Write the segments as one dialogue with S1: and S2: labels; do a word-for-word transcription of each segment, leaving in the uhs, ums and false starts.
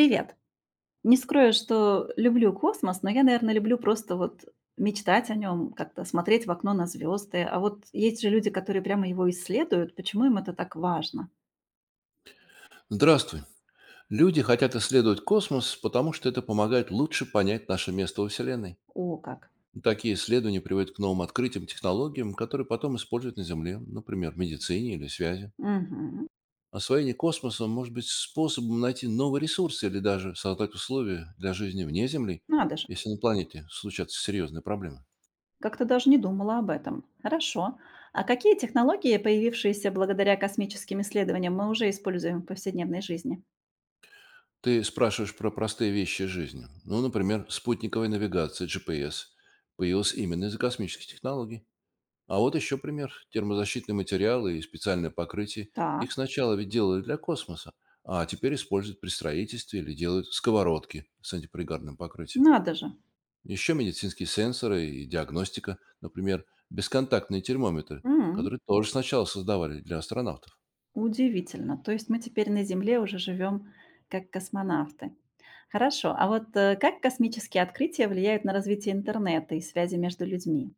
S1: Привет. Не скрою, что люблю космос, но я, наверное, люблю просто вот мечтать о нем, как-то смотреть в окно на звезды. А вот есть же люди, которые прямо его исследуют. Почему им это так важно?
S2: Здравствуй. Люди хотят исследовать космос, потому что это помогает лучше понять наше место во Вселенной.
S1: О, как.
S2: Такие исследования приводят к новым открытиям, технологиям, которые потом используют на Земле, например, в медицине или связи.
S1: Мгм.
S2: Освоение космоса может быть способом найти новые ресурсы или даже создать условия для жизни вне Земли,
S1: Надо же.
S2: если на планете случатся серьезные проблемы.
S1: Как-то даже не думала об этом. Хорошо. А какие технологии, появившиеся благодаря космическим исследованиям, мы уже используем в повседневной жизни?
S2: Ты спрашиваешь про простые вещи жизни. Ну, например, спутниковая навигация, G P S, появилась именно из-за космических технологий. А вот еще пример. Термозащитные материалы и специальное покрытие.
S1: Так.
S2: Их сначала ведь делали для космоса, а теперь используют при строительстве или делают сковородки с антипригарным покрытием.
S1: Надо же.
S2: Еще медицинские сенсоры и диагностика, например, бесконтактные термометры, которые тоже сначала создавали для астронавтов.
S1: Удивительно. То есть мы теперь на Земле уже живем как космонавты. Хорошо, а вот э, как космические открытия влияют на развитие интернета и связи между людьми?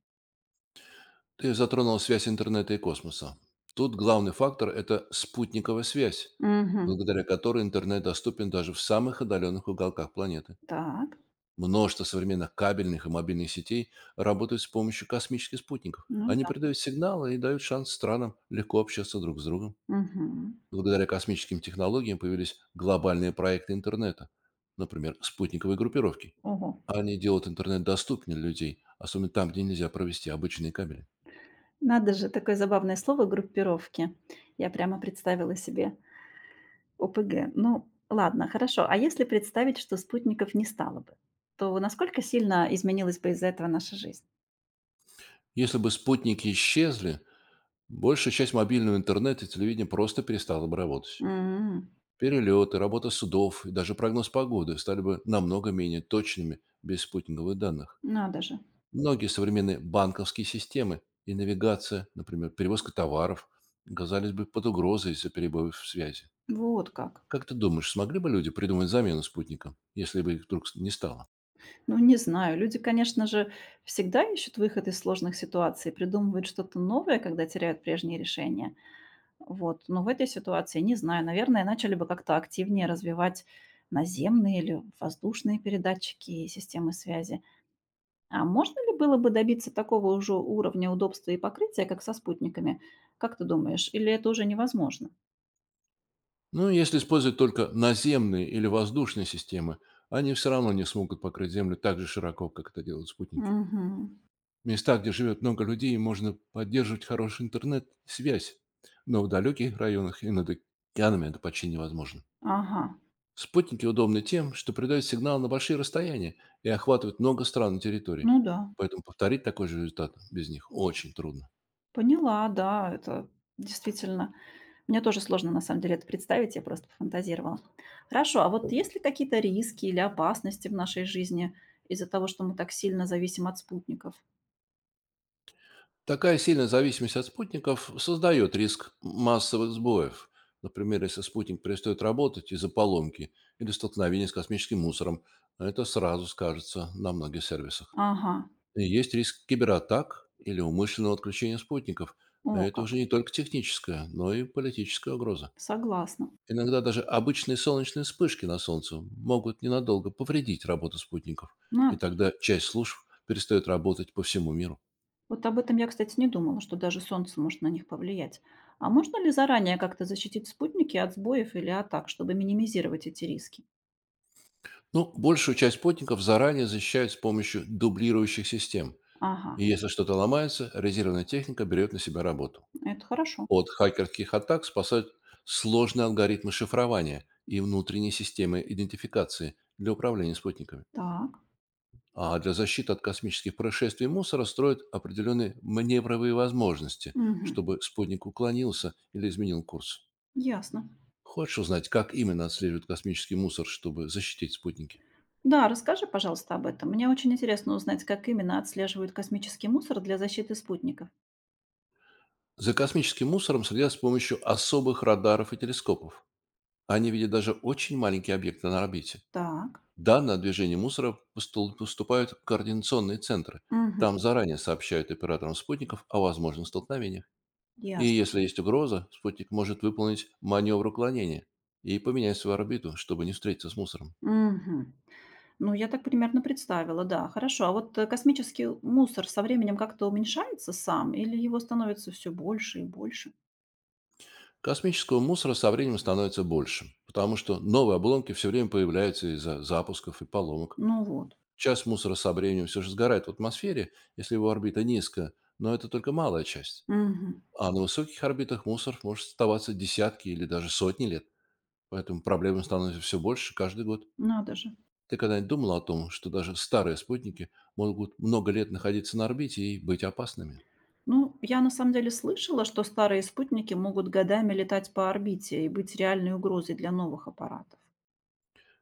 S2: Ты затронул связь интернета и космоса. Тут главный фактор – это спутниковая связь,
S1: Угу.
S2: благодаря которой интернет доступен даже в самых отдаленных уголках планеты.
S1: Так,
S2: Множество современных кабельных и мобильных сетей работают с помощью космических спутников.
S1: ну
S2: Они
S1: да.
S2: передают сигналы и дают шанс странам легко общаться друг с другом.
S1: Мгм.
S2: Благодаря космическим технологиям появились глобальные проекты интернета, например, спутниковые группировки.
S1: Ого.
S2: Они делают интернет доступнее для людей, особенно там, где нельзя провести обычные кабели.
S1: Надо же, такое забавное слово группировки. Я прямо представила себе ОПГ. Ну, ладно, хорошо. А если представить, что спутников не стало бы, то насколько сильно изменилась бы из-за этого наша жизнь?
S2: Если бы спутники исчезли, большая часть мобильного интернета и телевидения просто перестала бы работать.
S1: М.
S2: Перелеты, работа судов и даже прогноз погоды стали бы намного менее точными без спутниковых данных.
S1: Надо же.
S2: Многие современные банковские системы и навигация, например, перевозка товаров, оказались бы под угрозой из-за перебоев в связи.
S1: Вот как.
S2: Как ты думаешь, смогли бы люди придумать замену спутникам, если бы их вдруг не стало?
S1: Ну, не знаю. Люди, конечно же, всегда ищут выход из сложных ситуаций, придумывают что-то новое, когда теряют прежние решения. Вот. Но в этой ситуации, не знаю, наверное, начали бы как-то активнее развивать наземные или воздушные передатчики и системы связи. А можно ли было бы добиться такого уже уровня удобства и покрытия, как со спутниками? Как ты думаешь? Или это уже невозможно?
S2: Ну, если использовать только наземные или воздушные системы, они все равно не смогут покрыть Землю так же широко, как это делают спутники.
S1: Угу.
S2: В местах, где живет много людей, можно поддерживать хороший интернет-связь, но в далеких районах и над океанами это почти невозможно.
S1: Ага.
S2: Спутники удобны тем, что передают сигнал на большие расстояния и охватывают много стран и территорий,
S1: Ну да.
S2: поэтому повторить такой же результат без них очень трудно.
S1: Поняла, да, это действительно. Мне тоже сложно на самом деле это представить, я просто пофантазировала. Хорошо, а вот есть ли какие-то риски или опасности в нашей жизни из-за того, что мы так сильно зависим от спутников?
S2: Такая сильная зависимость от спутников создает риск массовых сбоев. Например, если спутник перестает работать из-за поломки или столкновения с космическим мусором, это сразу скажется на многих сервисах.
S1: Ага,
S2: И есть риск кибератак или умышленного отключения спутников.
S1: о
S2: Это
S1: как,
S2: уже не только техническая, но и политическая угроза.
S1: согласна.
S2: Иногда даже обычные солнечные вспышки на Солнце могут ненадолго повредить работу спутников, и
S1: Надо же.
S2: тогда часть служб перестает работать по всему миру.
S1: Вот об этом я, кстати, не думала, что даже солнце может на них повлиять. А можно ли заранее как-то защитить спутники от сбоев или атак, чтобы минимизировать эти риски?
S2: Ну, большую часть спутников заранее защищают с помощью дублирующих систем.
S1: Ага,
S2: И если что-то ломается, резервная техника берет на себя работу.
S1: это хорошо.
S2: От хакерских атак спасают сложные алгоритмы шифрования и внутренние системы идентификации для управления спутниками.
S1: Так,
S2: А для защиты от космических происшествий и мусора строят определенные маневровые возможности,
S1: мгм,
S2: чтобы спутник уклонился или изменил курс.
S1: ясно.
S2: Хочешь узнать, как именно отслеживают космический мусор, чтобы защитить спутники?
S1: Да, расскажи, пожалуйста, об этом. Мне очень интересно узнать, как именно отслеживают космический мусор для защиты спутников.
S2: За космическим мусором следят с помощью особых радаров и телескопов. Они видят даже очень маленькие объекты на орбите.
S1: Так,
S2: Данные о движении мусора постул- поступают в координационные центры.
S1: мгм,
S2: Там заранее сообщают операторам спутников о возможных столкновениях. И
S1: ясно.
S2: если есть угроза, спутник может выполнить маневр уклонения и поменять свою орбиту, чтобы не встретиться с мусором.
S1: Мгм. Ну, я так примерно представила, да, хорошо. А вот э, космический мусор со временем как-то уменьшается сам или его становится все больше и больше?
S2: Космического мусора со временем становится больше, потому что новые обломки все время появляются из-за запусков и поломок.
S1: Ну вот.
S2: Часть мусора со временем все же сгорает в атмосфере, если его орбита низкая, но это только малая часть.
S1: Мгм.
S2: А на высоких орбитах мусор может оставаться десятки или даже сотни лет. Поэтому проблем становится все больше каждый год.
S1: Надо же.
S2: Ты когда-нибудь думал о том, что даже старые спутники могут много лет находиться на орбите и быть опасными?
S1: Ну, я на самом деле слышала, что старые спутники могут годами летать по орбите и быть реальной угрозой для новых аппаратов.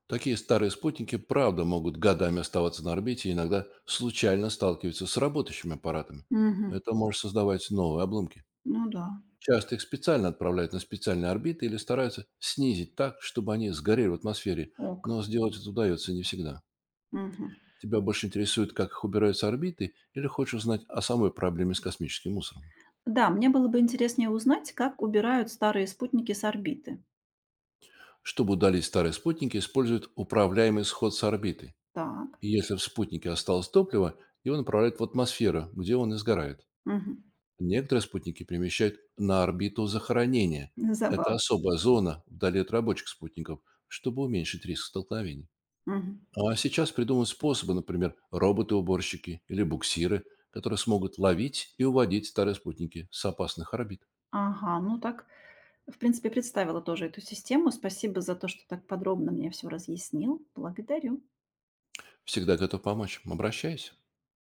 S2: Такие старые спутники, правда, могут годами оставаться на орбите и иногда случайно сталкиваются с работающими аппаратами.
S1: Мгм.
S2: Это может создавать новые обломки.
S1: Ну да,
S2: Часто их специально отправляют на специальные орбиты или стараются снизить так, чтобы они сгорели в атмосфере,
S1: о
S2: но
S1: как.
S2: сделать это удается не всегда.
S1: Мгм.
S2: Тебя больше интересует, как их убирают с орбиты, или хочешь узнать о самой проблеме с космическим мусором?
S1: Да, мне было бы интереснее узнать, как убирают старые спутники с орбиты.
S2: Чтобы удалить старые спутники, используют управляемый сход с орбиты.
S1: Так,
S2: И если в спутнике осталось топливо, его направляют в атмосферу, где он и сгорает.
S1: мгм.
S2: Некоторые спутники перемещают на орбиту захоронения. Это
S1: Забавно.
S2: особая зона вдали от рабочих спутников, чтобы уменьшить риск столкновений.
S1: Мгм.
S2: Ну, а сейчас придумают способы, например, роботы-уборщики или буксиры, которые смогут ловить и уводить старые спутники с опасных орбит.
S1: Ага, ну так, в принципе, представила тоже эту систему. Спасибо за то, что так подробно мне все разъяснил. Благодарю.
S2: Всегда готов помочь. Обращайся.